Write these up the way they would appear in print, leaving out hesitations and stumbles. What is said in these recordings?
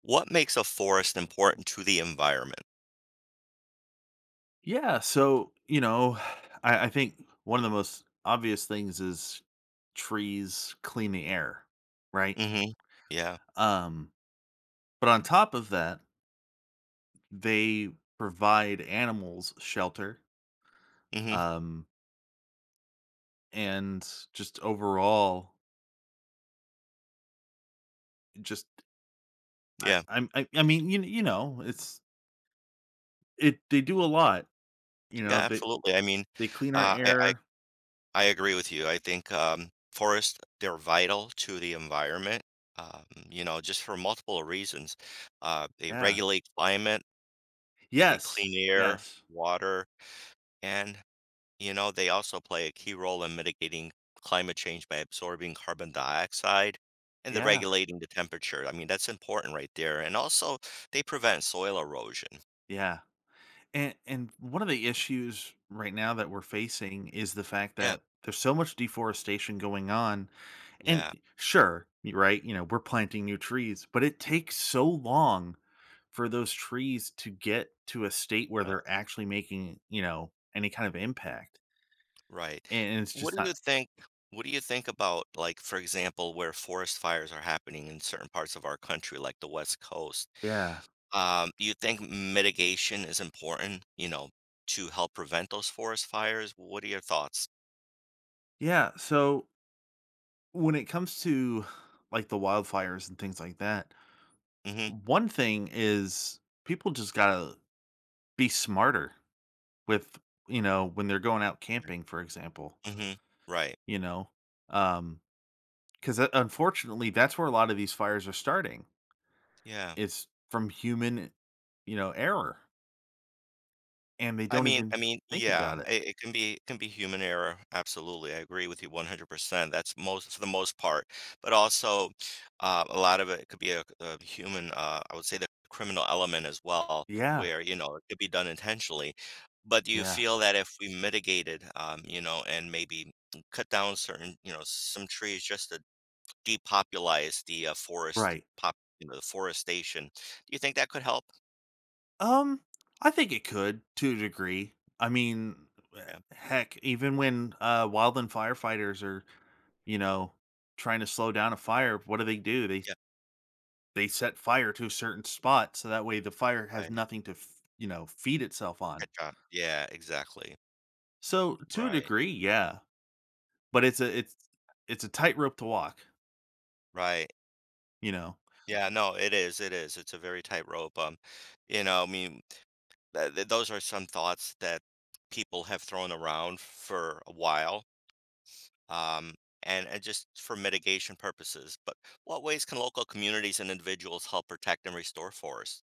What makes a forest important to the environment? Yeah, so, you know, I think one of the most obvious things is trees clean the air, right? Mhm. Yeah. Um, but on top of that, they provide animals shelter, Mhm. um, and just overall, just I, Yeah. I'm, I mean, you know, it's it. They do a lot, you Yeah, know. They absolutely. I mean, they clean our uh, I I air. I agree with you. I think, forests, they're vital to the environment, you know, just for multiple reasons. They Yeah. regulate climate, they Yes. clean air, Yes. water, and you know, they also play a key role in mitigating climate change by absorbing carbon dioxide and the Yeah. regulating the temperature. I mean, that's important right there. And also, they prevent soil erosion. Yeah. And one of the issues right now that we're facing is the fact Yeah, that there's so much deforestation going on. And yeah, sure, you're right, you know, we're planting new trees, but it takes so long for those trees to get to a state where uh, they're actually making, you know, any kind of impact. right. And it's What just do you not think? What do you think about, like, for example, where forest fires are happening in certain parts of our country, like the West Coast? yeah. Do you think mitigation is important, you know, to help prevent those forest fires? What are your thoughts? Yeah, so when it comes to like the wildfires and things like that, Mm-hmm. one thing is people just got to be smarter with, you know, when they're going out camping, for example, Mm-hmm. Right. you know? um, because unfortunately, that's where a lot of these fires are starting. Yeah. It's from human, you know, error, and they I don't mean I even mean, think yeah, about it. it can be human error, absolutely, I agree with you 100%, that's most for the most part, but also, a lot of it could be a human, I would say the criminal element as well, Yeah, where, you know, it could be done intentionally, but do you yeah, feel that if we mitigated, you know, and maybe cut down certain, you know, some trees just to depopulize the, forest right. pop you know, the forestation, do you think that could help? Um, I think it could to a degree. I mean, Yeah, heck, even when, wildland firefighters are, you know, trying to slow down a fire, what do they do? Yeah, They set fire to a certain spot so that way the fire has right, nothing to, f you know, feed itself good on. job, yeah, exactly. So, to a Right, degree, yeah, but it's a tightrope to walk, right. you know? Yeah, no, it is, it is. It's a very tightrope, you know, I mean, th th those are some thoughts that people have thrown around for a while, um, and just for mitigation purposes, but what ways can local communities and individuals help protect and restore forests?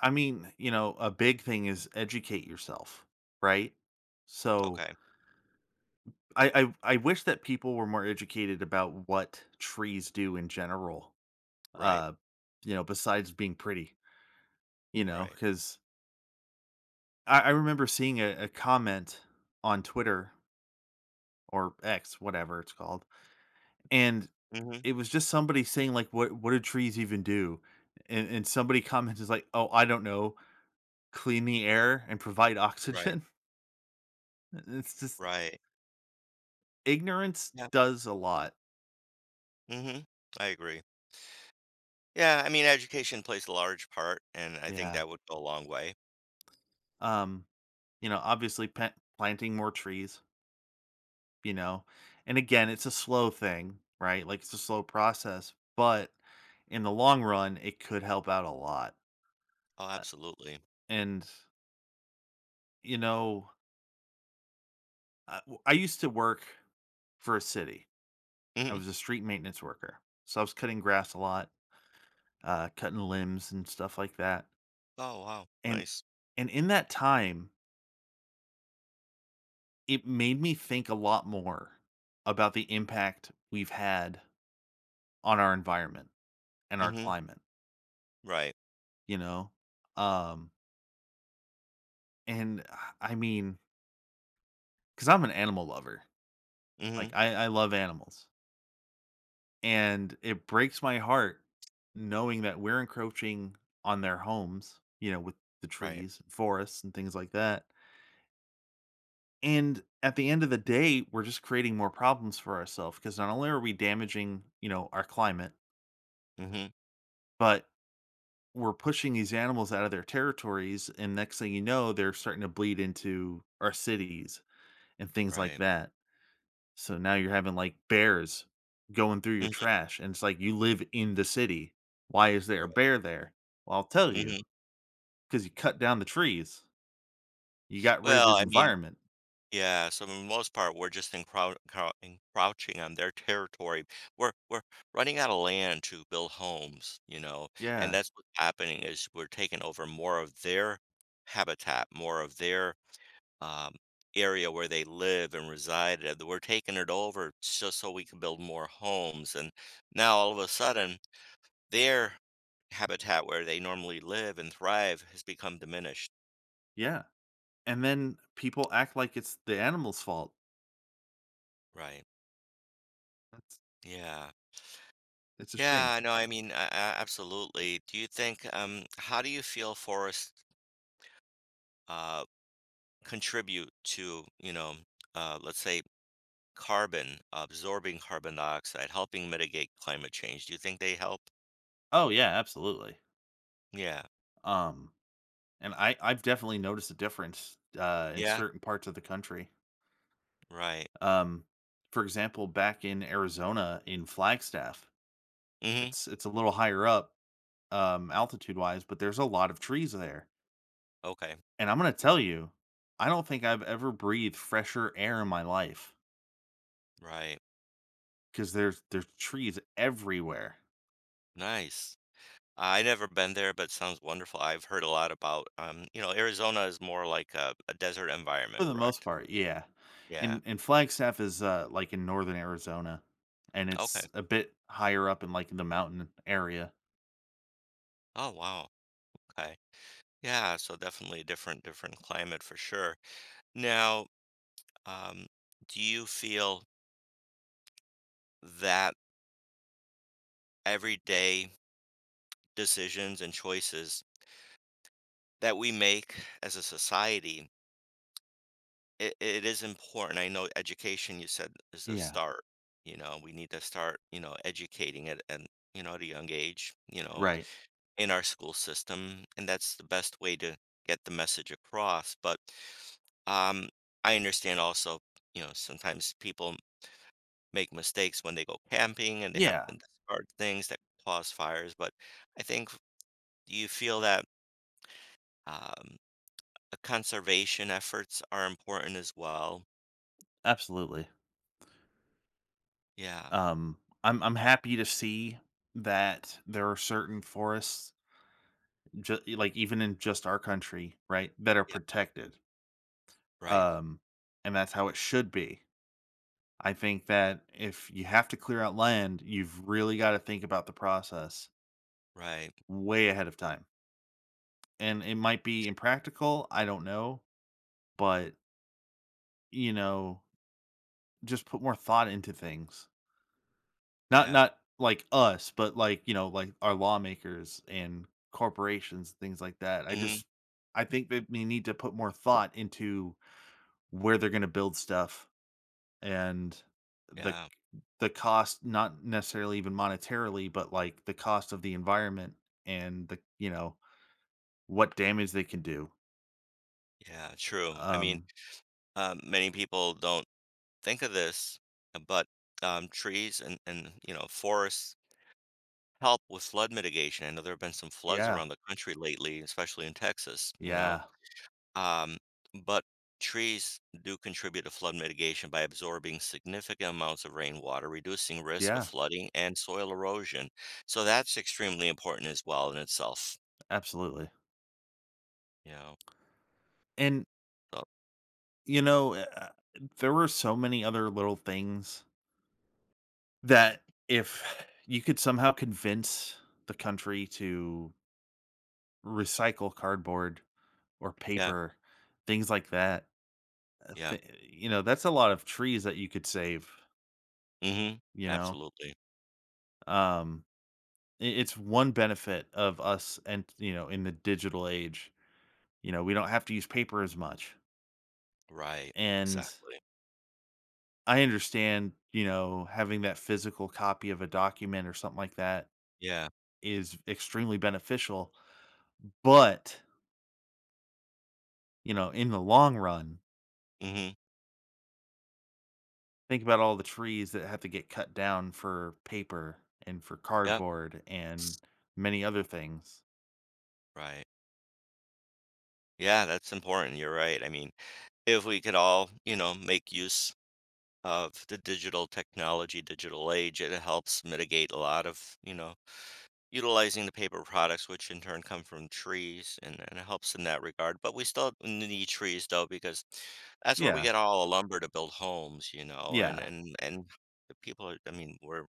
I mean, you know, a big thing is educate yourself, right? So, Okay, I wish that people were more educated about what trees do in general, right, uh, you know, besides being pretty, you know, right. because I remember seeing a comment on Twitter or X, whatever it's called, and Mhm, it was just somebody saying like what do trees even do, and somebody comments is like, oh, I don't know, clean the air and provide right, oxygen. It's just right. ignorance Yeah, does a lot. mhm, I agree. Yeah, I mean, education plays a large part, and I think Yeah. that would go a long way. um you know, obviously, planting more trees, you know, and again, it's a slow thing, right? Like, it's a slow process, but in the long run, it could help out a lot. Oh, Uh, absolutely. and you know i, I used to work for a city. I Mhm. was a street maintenance worker. So I was cutting grass a lot, cutting limbs and stuff like that. Oh, wow, And nice. In that time, it made me think a lot more about the impact we've had on our environment and our Mhm. climate, Right. you know? Um, and I mean, because I'm an animal lover. Mhm. Like I love animals. And it breaks my heart knowing that we're encroaching on their homes, you know, with the Right. trees and forests and things like that. And at the end of the day, we're just creating more problems for ourselves, because not only are we damaging, you know, our climate, Mhm. but we're pushing these animals out of their territories, and next thing you know, they're starting to bleed into our cities and things like Right. that. So now you're having like bears going through your Mhm. trash, and it's like, you live in the city, why is there a Right. bear there? Well, I'll tell you, Mhm. because you cut down the trees, you got rid of Well, his I mean, environment. yeah, so, for the most part, we're just encrou crou encroaching on their territory. We're running out of land to build homes, you know, and Yeah, that's what's happening is we're taking over more of their habitat, more of their, um, area where they live and reside, and we're taking it over just so we can build more homes, and now all of a sudden their habitat where they normally live and thrive has become diminished. yeah. And then people act like it's the animal's fault. Right. That's, Yeah. it's a shame. Yeah, no, I mean, absolutely. Do you think, how do you feel forests uh, contribute to, you know, let's say carbon, absorbing carbon dioxide, helping mitigate climate change? Do you think they help? Oh, yeah, absolutely. Yeah. Um, and I've definitely noticed a difference, in Yeah. certain parts of the country. Right. Um, for example, back in Arizona in Flagstaff, Hmm. It's a little higher up, altitude-wise, but there's a lot of trees there, Okay. and I'm gonna tell you, I don't think I've ever breathed fresher air in my life Right. because there's trees everywhere. Nice. I never been there, but sounds wonderful. I've heard a lot about, you know, Arizona is more like a desert For environment, the most correct? part, yeah. Yeah. And Flagstaff is, like, in northern Arizona, and Okay. it's a bit higher up in, like, the mountain area. Oh, wow. Okay. Yeah, so definitely a different climate for sure. Now, um, do you feel that everyday decisions and choices that we make as a society, it is important. I know education, you said, is the Yeah, start. You know, we need to start, you know, educating at you know, at a young age, you know, right. in our school system, and that's the best way to get the message across. But um, I understand also, you know, sometimes people make mistakes when they go camping and they happen Yeah, to discard things that cause fires. But I think do you feel that um, the conservation efforts are important as well. absolutely. Yeah. Um, I'm happy to see that there are certain forests, like, even in just our country, right, that are Yeah. protected, Right. um, and that's how it should be. I think that if you have to clear out land, you've really gotta think about the process Right. way ahead of time. And it might be impractical, I don't know, but, you know, just put more thought into things. Yeah. Not like us, but like, you know, like our lawmakers and corporations, things like that. I Hmm. just I think that we need to put more thought into where they're gonna build stuff, and the Yeah. the cost, not necessarily even monetarily, but like the cost of the environment and the, you know, what damage they can do. Yeah. True. I mean, Um, many people don't think of this, but, trees and, you know, forests help with flood mitigation. I know there have been some floods yeah, around the country lately, especially in Texas, you know? yeah, Um, but trees do contribute to flood mitigation by absorbing significant amounts of rainwater, reducing risk of yeah. flooding and soil erosion. So that's extremely important as well in itself, Absolutely. you know? And, So you know, there were so many other little things that if you could somehow convince the country to recycle cardboard or yeah, paper, things like that, yeah. You know, that's a lot of trees that you could save, Mhm. you know? Absolutely. Um, it's one benefit of us and, you know, in the digital age, you know, we don't have to use paper as much. Right. And Exactly. I understand, you know, having that physical copy of a document or something like that Yeah. is extremely beneficial, but, you know, in the long run, Mhm. think about all the trees that have to get cut down for paper and for Yep. cardboard and many other things. Right. Yeah, that's important. You're right. I mean, if we could all, you know, make use of the digital technology, digital age, it helps mitigate a lot of, you know, utilizing the paper products, which in turn come from trees, and it helps in that regard. But we still need trees though, because that's where we Yeah. get all the lumber to build homes, you know, and Yeah, and and the people are, I mean, we're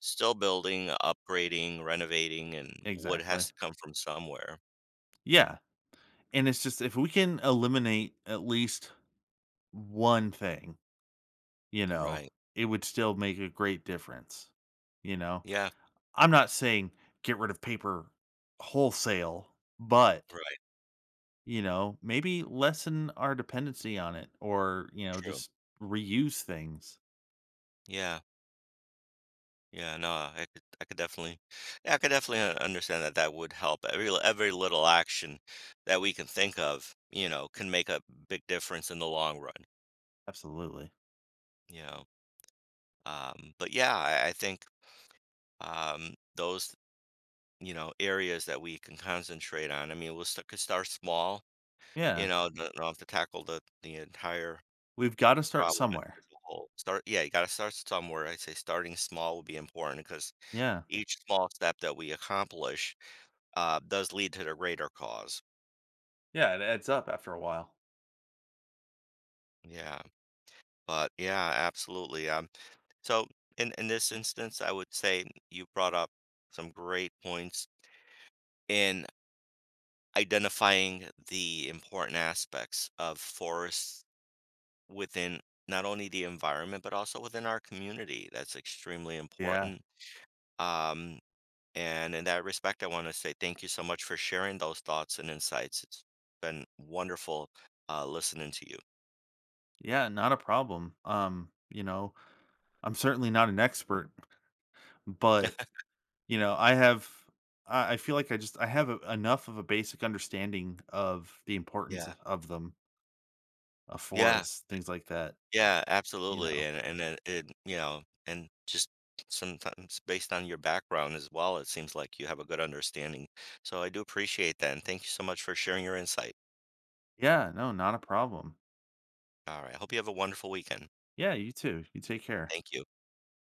still building, upgrading, renovating, and wood exactly. has to come from somewhere. Yeah, and it's just if we can eliminate at least one thing, you know, Right. it would still make a great difference, you know? Yeah. I'm not saying get rid of paper wholesale, but, Right. you know, maybe lessen our dependency on it or, you know, True. just reuse things. Yeah. Yeah, no, I could definitely, yeah, I could definitely understand that that would help. Every little action that we can think of, you know, can make a big difference in the long run, Absolutely. you know. But yeah, I think those, you know, areas that we can concentrate on. I mean, we'll st could start small, you Yeah. know, do don't have to tackle the entire We've gotta start problem as somewhere. a whole. Start, yeah, you got to start somewhere. I'd say starting small would be important because Yeah. each small step that we accomplish. Does lead to the greater cause. Yeah, it adds up after a while. Yeah, but yeah, absolutely. So in this instance, I would say you brought up some great points in identifying the important aspects of forests within not only the environment but also within our community. That's extremely Yeah. important. Um, and in that respect, I want to say thank you so much for sharing those thoughts and insights. It's been wonderful listening to you. Yeah, not a problem. You know, I'm certainly not an expert, but, you know, I feel like I have a enough of a basic understanding of the Yeah. importance of them, of Yeah. forests, things like that. Yeah, You absolutely, know? And then it you know, and just sometimes based on your background as well, it seems like you have a good understanding. So I do appreciate that, and thank you so much for sharing your insight. Yeah, no, not a problem. All right, I hope you have a wonderful weekend. Yeah, you too. You take care. Thank you.